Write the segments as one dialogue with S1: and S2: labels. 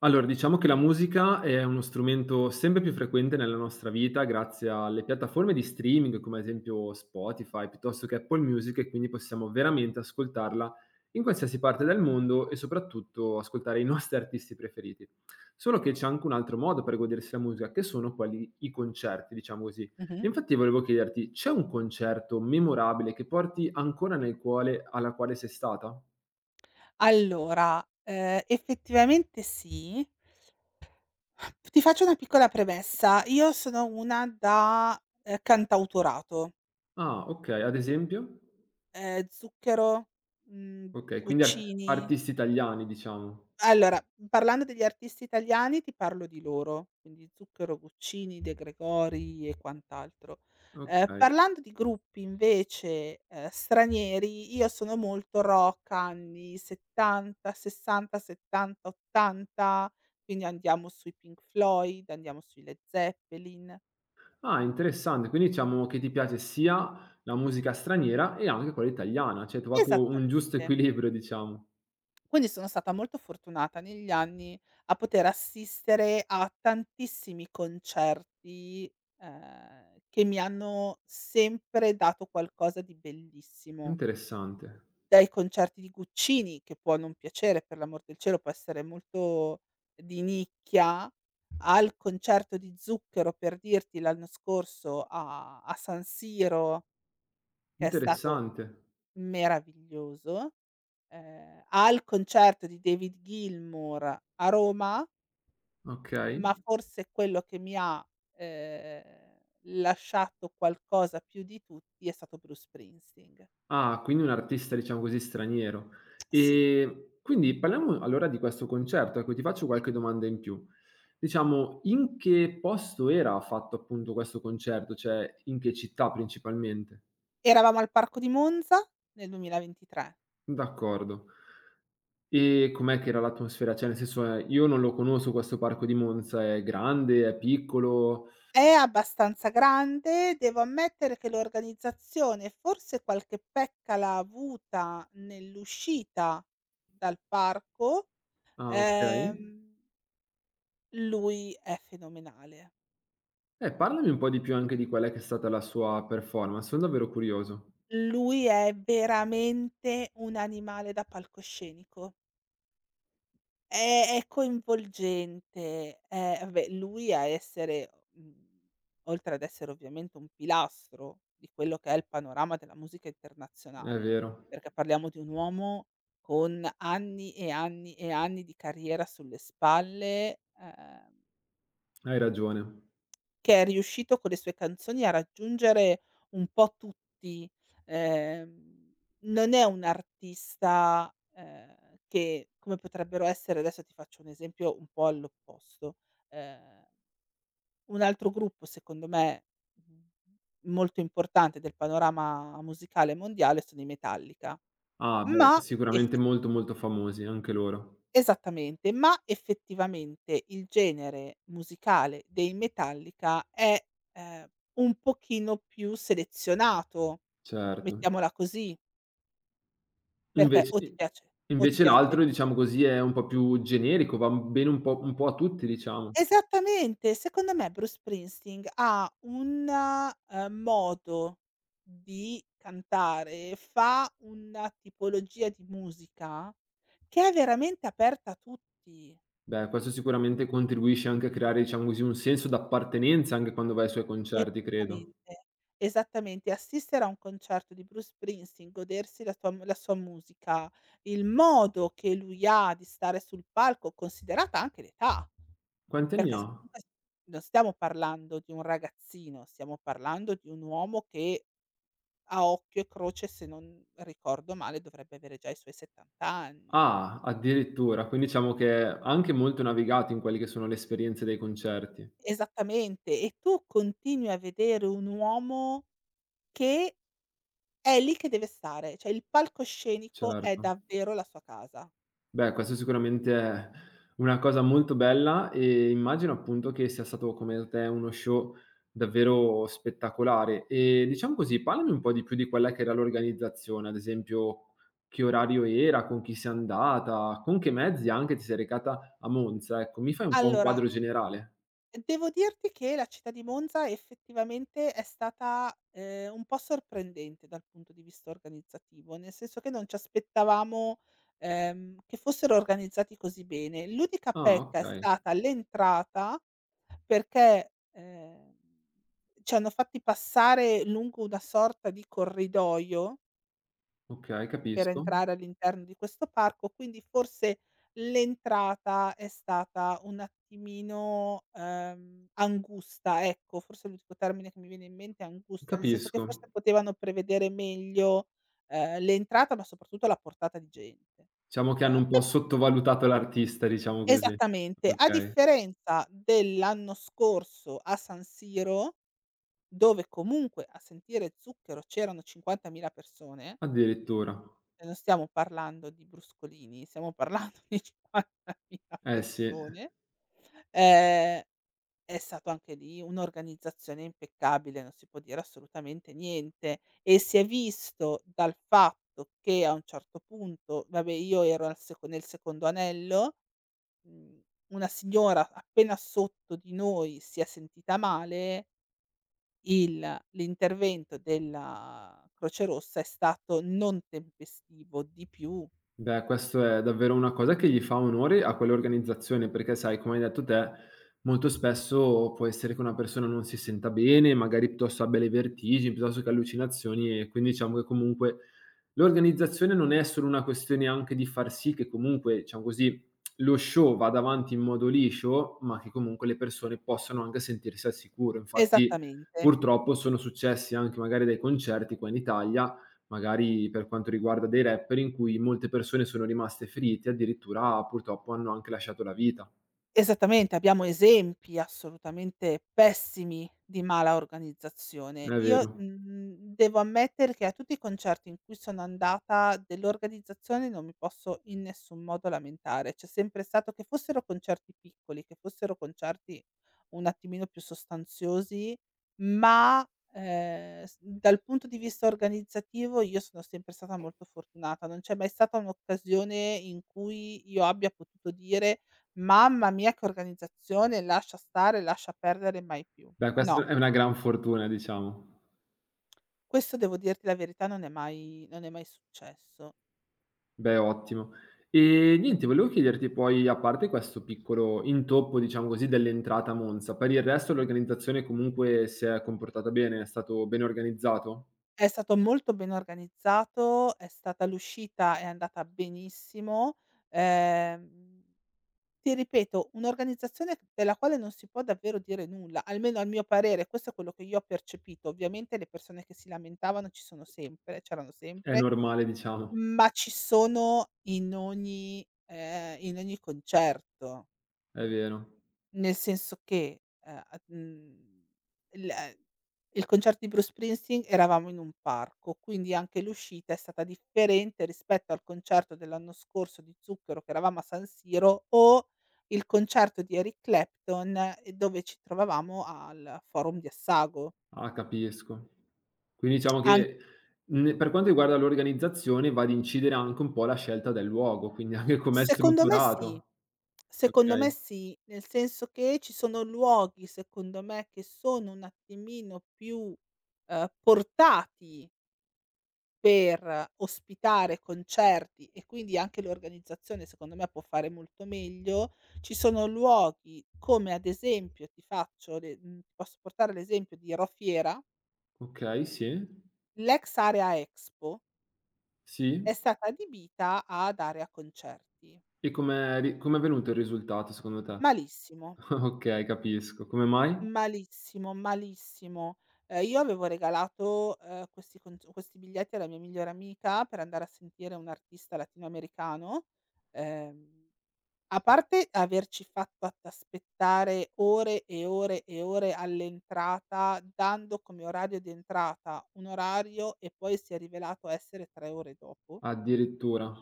S1: Allora, diciamo che la musica è uno strumento sempre più frequente nella nostra vita grazie alle piattaforme di streaming come ad esempio Spotify piuttosto che Apple Music e quindi possiamo veramente ascoltarla in qualsiasi parte del mondo e soprattutto ascoltare i nostri artisti preferiti. Solo che c'è anche un altro modo per godersi la musica, che sono quelli i concerti, diciamo così.
S2: Mh-mh.
S1: E infatti volevo chiederti, c'è un concerto memorabile che porti ancora nel cuore alla quale sei stata?
S2: Allora, effettivamente sì. Ti faccio una piccola premessa: io sono una da, cantautorato.
S1: Ah, ok, ad esempio?
S2: Zucchero.
S1: Okay, quindi
S2: Guccini.
S1: artisti italiani diciamo.
S2: Allora, parlando degli artisti italiani ti parlo di loro, quindi Zucchero, Guccini, De Gregori e quant'altro. Ehm,
S1: Okay.
S2: parlando di gruppi invece, stranieri, io sono molto rock anni '70, '60, '70, '80, quindi andiamo sui Pink Floyd, andiamo sui Led Zeppelin.
S1: Ah, interessante, quindi diciamo che ti piace sia la musica straniera e anche quella italiana, cioè hai trovato un giusto
S2: Esattamente.
S1: equilibrio diciamo.
S2: Quindi sono stata molto fortunata negli anni a poter assistere a tantissimi concerti, che mi hanno sempre dato qualcosa di bellissimo.
S1: Interessante,
S2: Dai concerti di Guccini, che può non piacere, per l'amor del cielo, può essere molto di nicchia, al concerto di Zucchero, per dirti, l'anno scorso a San Siro, che è stato
S1: interessante.
S2: meraviglioso, al concerto di David Gilmour a Roma.
S1: Okay.
S2: Ma forse quello che mi ha, ehm, lasciato qualcosa più di tutti è stato Bruce Springsteen.
S1: Ah, quindi un artista diciamo così straniero.
S2: Sì.
S1: Quindi parliamo allora di questo concerto, ecco, ti faccio qualche domanda in più. Diciamo, in che posto era fatto appunto questo concerto, cioè in che città principalmente?
S2: Eravamo al Parco di Monza nel 2023.
S1: D'accordo. E com'è che era l'atmosfera? Cioè, nel senso, io non lo conosco questo parco di Monza, è grande, è piccolo?
S2: È abbastanza grande, devo ammettere che l'organizzazione forse qualche pecca l'ha avuta nell'uscita dal parco.
S1: Ah, okay.
S2: ehm, Lui è fenomenale.
S1: Parlami un po' di più anche di qual è che è stata la sua performance, son davvero curioso.
S2: Lui è veramente un animale da palcoscenico. È coinvolgente, è vabbè, lui a essere oltre ad essere ovviamente un pilastro di quello che è il panorama della musica
S1: È
S2: internazionale,
S1: vero,
S2: perché parliamo di un uomo con anni e anni e anni di carriera sulle spalle,
S1: hai ragione.
S2: che è riuscito con le sue canzoni a raggiungere un po' tutti. Ehm, non è un artista, che come potrebbero essere adesso ti faccio un esempio un po' all'opposto, ehm, un altro gruppo secondo me, mhmm, molto importante del panorama musicale mondiale sono i Metallica,
S1: Ah, beh,
S2: ma.
S1: sicuramente molto, molto famosi anche loro.
S2: Esattamente, ma effettivamente il genere musicale dei Metallica è, ehm, un pochino più selezionato,
S1: Certo.
S2: mettiamola così, perché
S1: Invece i
S2: o ti
S1: invece
S2: piace Led
S1: l'altro, diciamo
S2: Zeppelin.
S1: così, è un po' più generico, va bene un po' a tutti, diciamo.
S2: Esattamente, secondo me Bruce Springsteen ha un modo di cantare, fa una tipologia di musica che è veramente aperta a tutti.
S1: Beh, questo sicuramente contribuisce anche a creare, diciamo così, un senso d'appartenenza anche quando vai ai suoi concerti, credo.
S2: Esattamente, esattamente. Assistere a un concerto di Bruce Springsteen, godersi la tua mu la sua musica, il modo che lui ha di stare sul palco, considerata anche l'età,
S1: Quanti anni
S2: perché s
S1: ha?
S2: comunque s non stiamo parlando di un ragazzino, stiamo parlando di un uomo che a occhio e croce, se non ricordo male, dovrebbe avere già i suoi 70 anni.
S1: Ah, addirittura, quindi diciamo che ha anche molto navigato in quelle che sono le esperienze dei concerti.
S2: Esattamente, e tu continui a vedere un uomo che è lì che deve stare, cioè il palcoscenico è
S1: Certo.
S2: davvero la sua casa.
S1: Beh, questo sicuramente è una cosa molto bella e immagino appunto che sia stato come te uno show davvero spettacolare. E diciamo così, parlami un po' di più di quella che era l'organizzazione, ad esempio che orario era, con chi sei andata, con che mezzi anche ti sei recata a Monza, ecco, mi fai un po' un
S2: Allora,
S1: quadro generale?
S2: devo dirti che la città di Monza effettivamente è stata, un po' sorprendente dal punto di vista organizzativo, nel senso che non ci aspettavamo, che fossero organizzati così bene. L'unica
S1: Ah,
S2: pecca è
S1: okay,
S2: stata l'entrata perché, ci hanno fatti passare lungo una sorta di corridoio
S1: okay,
S2: per
S1: capisco.
S2: entrare all'interno di questo parco, quindi forse l'entrata è stata un attimino, angusta, ecco, forse l'unico termine che mi viene in mente è angusta, nel senso che forse
S1: Capisco.
S2: potevano prevedere meglio, l'entrata, ma soprattutto la portata di gente.
S1: Diciamo che hanno un po'
S2: Pe
S1: sottovalutato l'artista, diciamo così.
S2: esattamente, a
S1: Okay,
S2: differenza dell'anno scorso a San Siro, dove comunque a sentire Zucchero c'erano 50.000 persone.
S1: addirittura.
S2: E non stiamo parlando di bruscolini, stiamo parlando di 50.000
S1: Eh sì.
S2: persone. Ehm, è stato anche lì un'organizzazione impeccabile, non si può dire assolutamente niente e si è visto dal fatto che a un certo punto vabbè io ero al seco nel secondo anello, mhmm, una signora appena sotto di noi si è sentita male, il l'intervento della Croce Rossa è stato non tempestivo, di più.
S1: Beh, questo è davvero una cosa che gli fa onore a quell'organizzazione, perché sai, come hai detto te, molto spesso può essere che una persona non si senta bene, magari piuttosto abbia le vertigini, piuttosto che allucinazioni, e quindi diciamo che comunque l'organizzazione non è solo una questione anche di far sì che comunque, diciamo così, lo show vada avanti in modo liscio, ma che comunque le persone possano anche sentirsi al sicuro. Infatti,
S2: Esattamente.
S1: purtroppo sono successi anche magari dai concerti qua in Italia. Magari per quanto riguarda dei rapper in cui molte persone sono rimaste ferite, addirittura purtroppo hanno anche lasciato la vita.
S2: Esattamente, abbiamo esempi assolutamente pessimi di mala
S1: È
S2: organizzazione. Io,
S1: vero.
S2: devo ammettere che a tutti i concerti in cui sono andata dell'organizzazione non mi posso in nessun modo lamentare. C'è sempre stato che fossero concerti piccoli, che fossero concerti un attimino più sostanziosi, ma, s dal punto di vista organizzativo io sono sempre stata molto fortunata. Non c'è mai stata un'occasione in cui io abbia potuto dire: "Mamma mia che organizzazione, lascia stare, lascia perdere, mai più".
S1: Beh, questa
S2: No,
S1: è una gran fortuna diciamo.
S2: questo devo dirti la verità non è mai successo.
S1: Beh, ottimo. E niente, volevo chiederti poi, a parte questo piccolo intoppo, diciamo così, dell'entrata a Monza, per il resto l'organizzazione comunque si è comportata bene? È stato ben organizzato?
S2: È stato molto ben organizzato, è stata l'uscita è andata benissimo. Ehm, ti ripeto, un'organizzazione della quale non si può davvero dire nulla, almeno al mio parere, questo è quello che io ho percepito. Ovviamente le persone che si lamentavano ci sono sempre c'erano
S1: È
S2: sempre,
S1: normale diciamo,
S2: ma ci sono in ogni concerto.
S1: è vero.
S2: Nel senso che, a mhmm, il ehm, il concerto di Bruce Springsteen eravamo in un parco, quindi anche l'uscita è stata differente rispetto al concerto dell'anno scorso di Zucchero che eravamo a San Siro o il concerto di Eric Clapton, dove ci trovavamo al Forum di Assago.
S1: Ah, capisco. Quindi diciamo
S2: An
S1: che, mhmm, per quanto riguarda l'organizzazione va ad incidere anche un po' la scelta del luogo, quindi anche com'è
S2: Secondo me sì,
S1: strutturato.
S2: secondo me
S1: Okay,
S2: sì, nel senso che ci sono luoghi, secondo me, che sono un attimino più, portati per ospitare concerti e quindi anche l'organizzazione secondo me può fare molto meglio. Ci sono luoghi come ad esempio ti faccio ti posso portare l'esempio di Rofiera,
S1: okay, sì,
S2: l'ex Area Expo è
S1: sì.
S2: stata adibita ad area concerti.
S1: E com'è venuto il risultato secondo te?
S2: Malissimo,
S1: Okay, capisco. Come mai?
S2: malissimo, malissimo. Io avevo regalato, questi biglietti alla mia migliore amica per andare a sentire un artista latinoamericano. Ehm A parte averci fatto att aspettare ore e ore e ore all'entrata, dando come orario di entrata un orario e poi si è rivelato essere 3 ore dopo,
S1: Addirittura.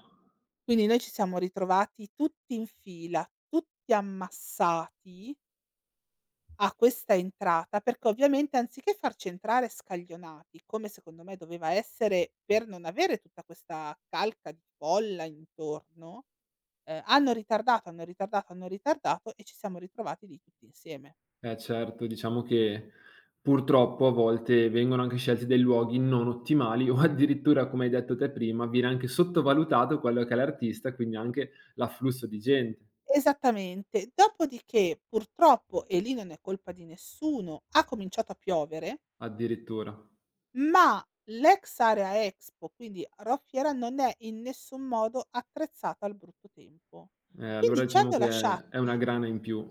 S2: quindi noi ci siamo ritrovati tutti in fila, tutti ammassati a questa entrata, perché ovviamente anziché farci entrare scaglionati, come secondo me doveva essere per non avere tutta questa calca di folla intorno. Hanno ritardato, hanno ritardato, hanno ritardato e ci siamo ritrovati lì tutti insieme.
S1: Eh certo, diciamo che purtroppo a volte vengono anche scelti dei luoghi non ottimali o addirittura, come hai detto te prima, viene anche sottovalutato quello che è l'artista, quindi anche l'afflusso di gente.
S2: Esattamente. Dopodiché purtroppo, e lì non è colpa di nessuno, ha cominciato a piovere,
S1: Addirittura.
S2: ma l'ex area Expo, quindi Roffiera, non è in nessun modo attrezzata al brutto tempo. Quindi
S1: Allora
S2: ci
S1: diciamo
S2: hanno
S1: che è una
S2: lasciati
S1: grana in più.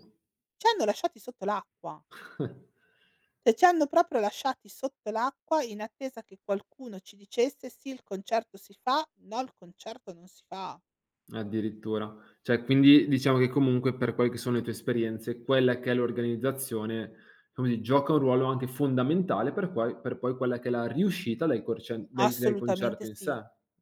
S2: ci hanno lasciati sotto l'acqua. Cioè ci hanno proprio lasciati sotto l'acqua in attesa che qualcuno ci dicesse: "Sì, il concerto si fa, no il concerto non si fa".
S1: Addirittura. Cioè, quindi diciamo che comunque per quelle che sono le tue esperienze, quella che è l'organizzazione, così, gioca un ruolo anche fondamentale per poi quella che è la riuscita del corcen del del concerto
S2: Assolutamente
S1: in sé.
S2: sì,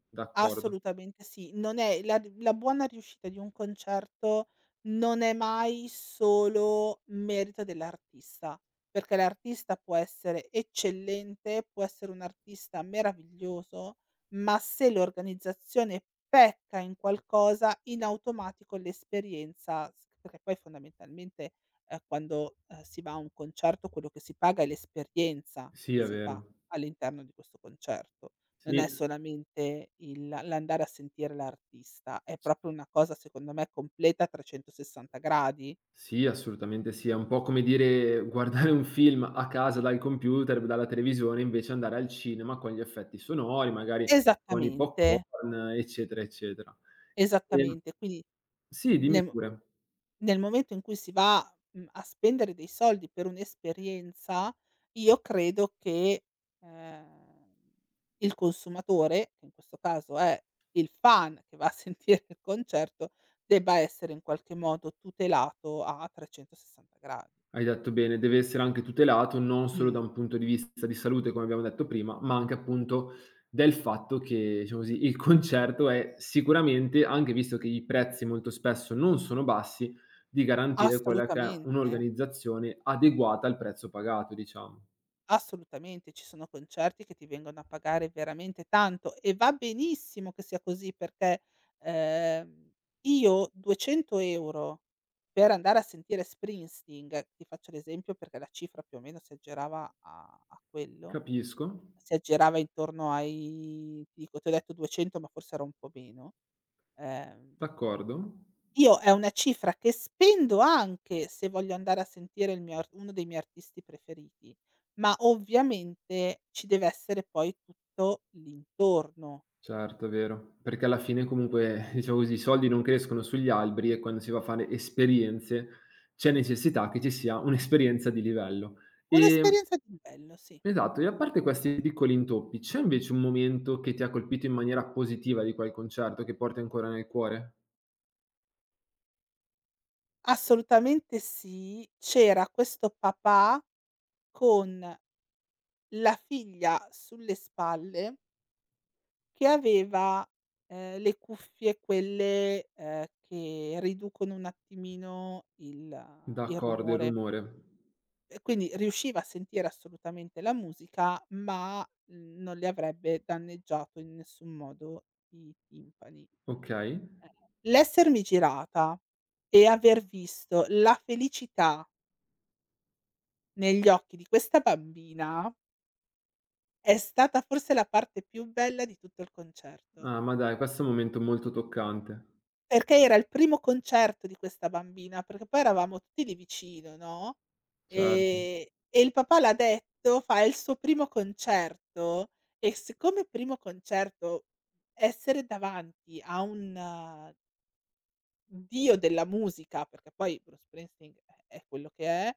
S1: D'accordo.
S2: assolutamente sì. Non è la buona riuscita di un concerto, non è mai solo merito dell'artista, perché l'artista può essere eccellente, può essere un artista meraviglioso, ma se l'organizzazione pecca in qualcosa, in automatico l'esperienza s perché poi fondamentalmente, quando, si va a un concerto quello che si paga è l'esperienza
S1: Sì,
S2: che
S1: è
S2: si fa
S1: vero.
S2: all'interno di questo concerto. Non
S1: Sì.
S2: è solamente il l'andare a sentire l'artista, è proprio una cosa secondo me completa a 360 gradi.
S1: Sì, assolutamente sì. È un po' come dire guardare un film a casa dal computer, dalla televisione, invece andare al cinema con gli effetti sonori, magari con i
S2: Esattamente,
S1: popcorn, eccetera, eccetera. Ehm
S2: esattamente. Quindi
S1: sì, dimmi
S2: nel mo
S1: pure.
S2: nel momento in cui si va, a spendere dei soldi per un'esperienza, io credo che, ehm, il consumatore, che in questo caso è il fan che va a sentire il concerto, debba essere in qualche modo tutelato a 360 gradi.
S1: Hai detto bene, deve essere anche tutelato non solo
S2: Mh.
S1: da un punto di vista di salute, come abbiamo detto prima, ma anche appunto del fatto che, diciamo così, il concerto è sicuramente, anche visto che i prezzi molto spesso non sono bassi, di garantire quella che è
S2: Assolutamente,
S1: un'organizzazione adeguata al prezzo pagato, diciamo.
S2: assolutamente. Ci sono concerti che ti vengono a pagare veramente tanto e va benissimo che sia così perché, ehm, io 200 € per andare a sentire Springsteen, ti faccio l'esempio perché la cifra più o meno si aggirava a quello,
S1: Capisco,
S2: si aggirava intorno ai ti dico, ti ho detto 200 ma forse era un po' meno. ehm
S1: d'accordo.
S2: Io è una cifra che spendo anche se voglio andare a sentire il mio ar uno dei miei artisti preferiti, ma ovviamente ci deve essere poi tutto l'intorno.
S1: Certo, è vero. Perché alla fine comunque, diciamo così, i soldi non crescono sugli alberi e quando si va a fare esperienze c'è necessità che ci sia un'esperienza di livello. Ehm,
S2: Un'esperienza di livello, sì.
S1: esatto, e a parte questi piccoli intoppi, c'è invece un momento che ti ha colpito in maniera positiva di quel concerto che porti ancora nel cuore?
S2: Assolutamente sì. C'era questo papà con la figlia sulle spalle che aveva, le cuffie quelle, che riducono un attimino il
S1: D'accordo, il
S2: rumore.
S1: rumore.
S2: E quindi riusciva a sentire assolutamente la musica, ma, non le avrebbe danneggiato in nessun modo i timpani.
S1: Okay.
S2: L'essermi girata e aver visto la felicità negli occhi di questa bambina è stata forse la parte più bella di tutto il concerto.
S1: Ah, ma dai, questo è un momento molto toccante.
S2: Perché era il primo concerto di questa bambina, perché poi eravamo tutti lì vicino, no,
S1: Certo,
S2: e il papà l'ha detto, fa: "È il suo primo concerto", e siccome primo concerto, essere davanti a un dio della musica, perché poi Bruce Springsteen è quello che è,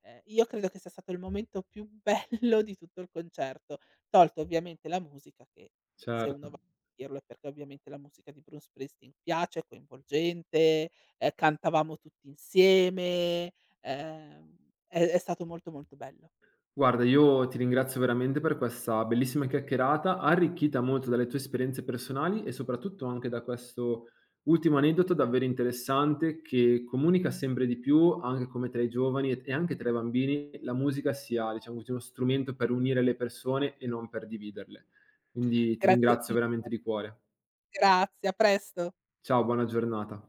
S2: io credo che sia stato il momento più bello di tutto il concerto, tolto ovviamente la musica che se uno
S1: certo.
S2: va a sentirlo è perché ovviamente la musica di Bruce Springsteen piace, è coinvolgente, cantavamo tutti insieme, ehm, è stato molto, molto bello.
S1: Guarda, io ti ringrazio veramente per questa bellissima chiacchierata, arricchita molto dalle tue esperienze personali e soprattutto anche da questo ultimo aneddoto davvero interessante che comunica sempre di più, anche come tra i giovani e anche tra i bambini, la musica sia, diciamo così, uno strumento per unire le persone e non per dividerle. Quindi ti
S2: Grazie
S1: ringrazio
S2: mille,
S1: veramente di cuore.
S2: grazie, a presto.
S1: Ciao, buona giornata.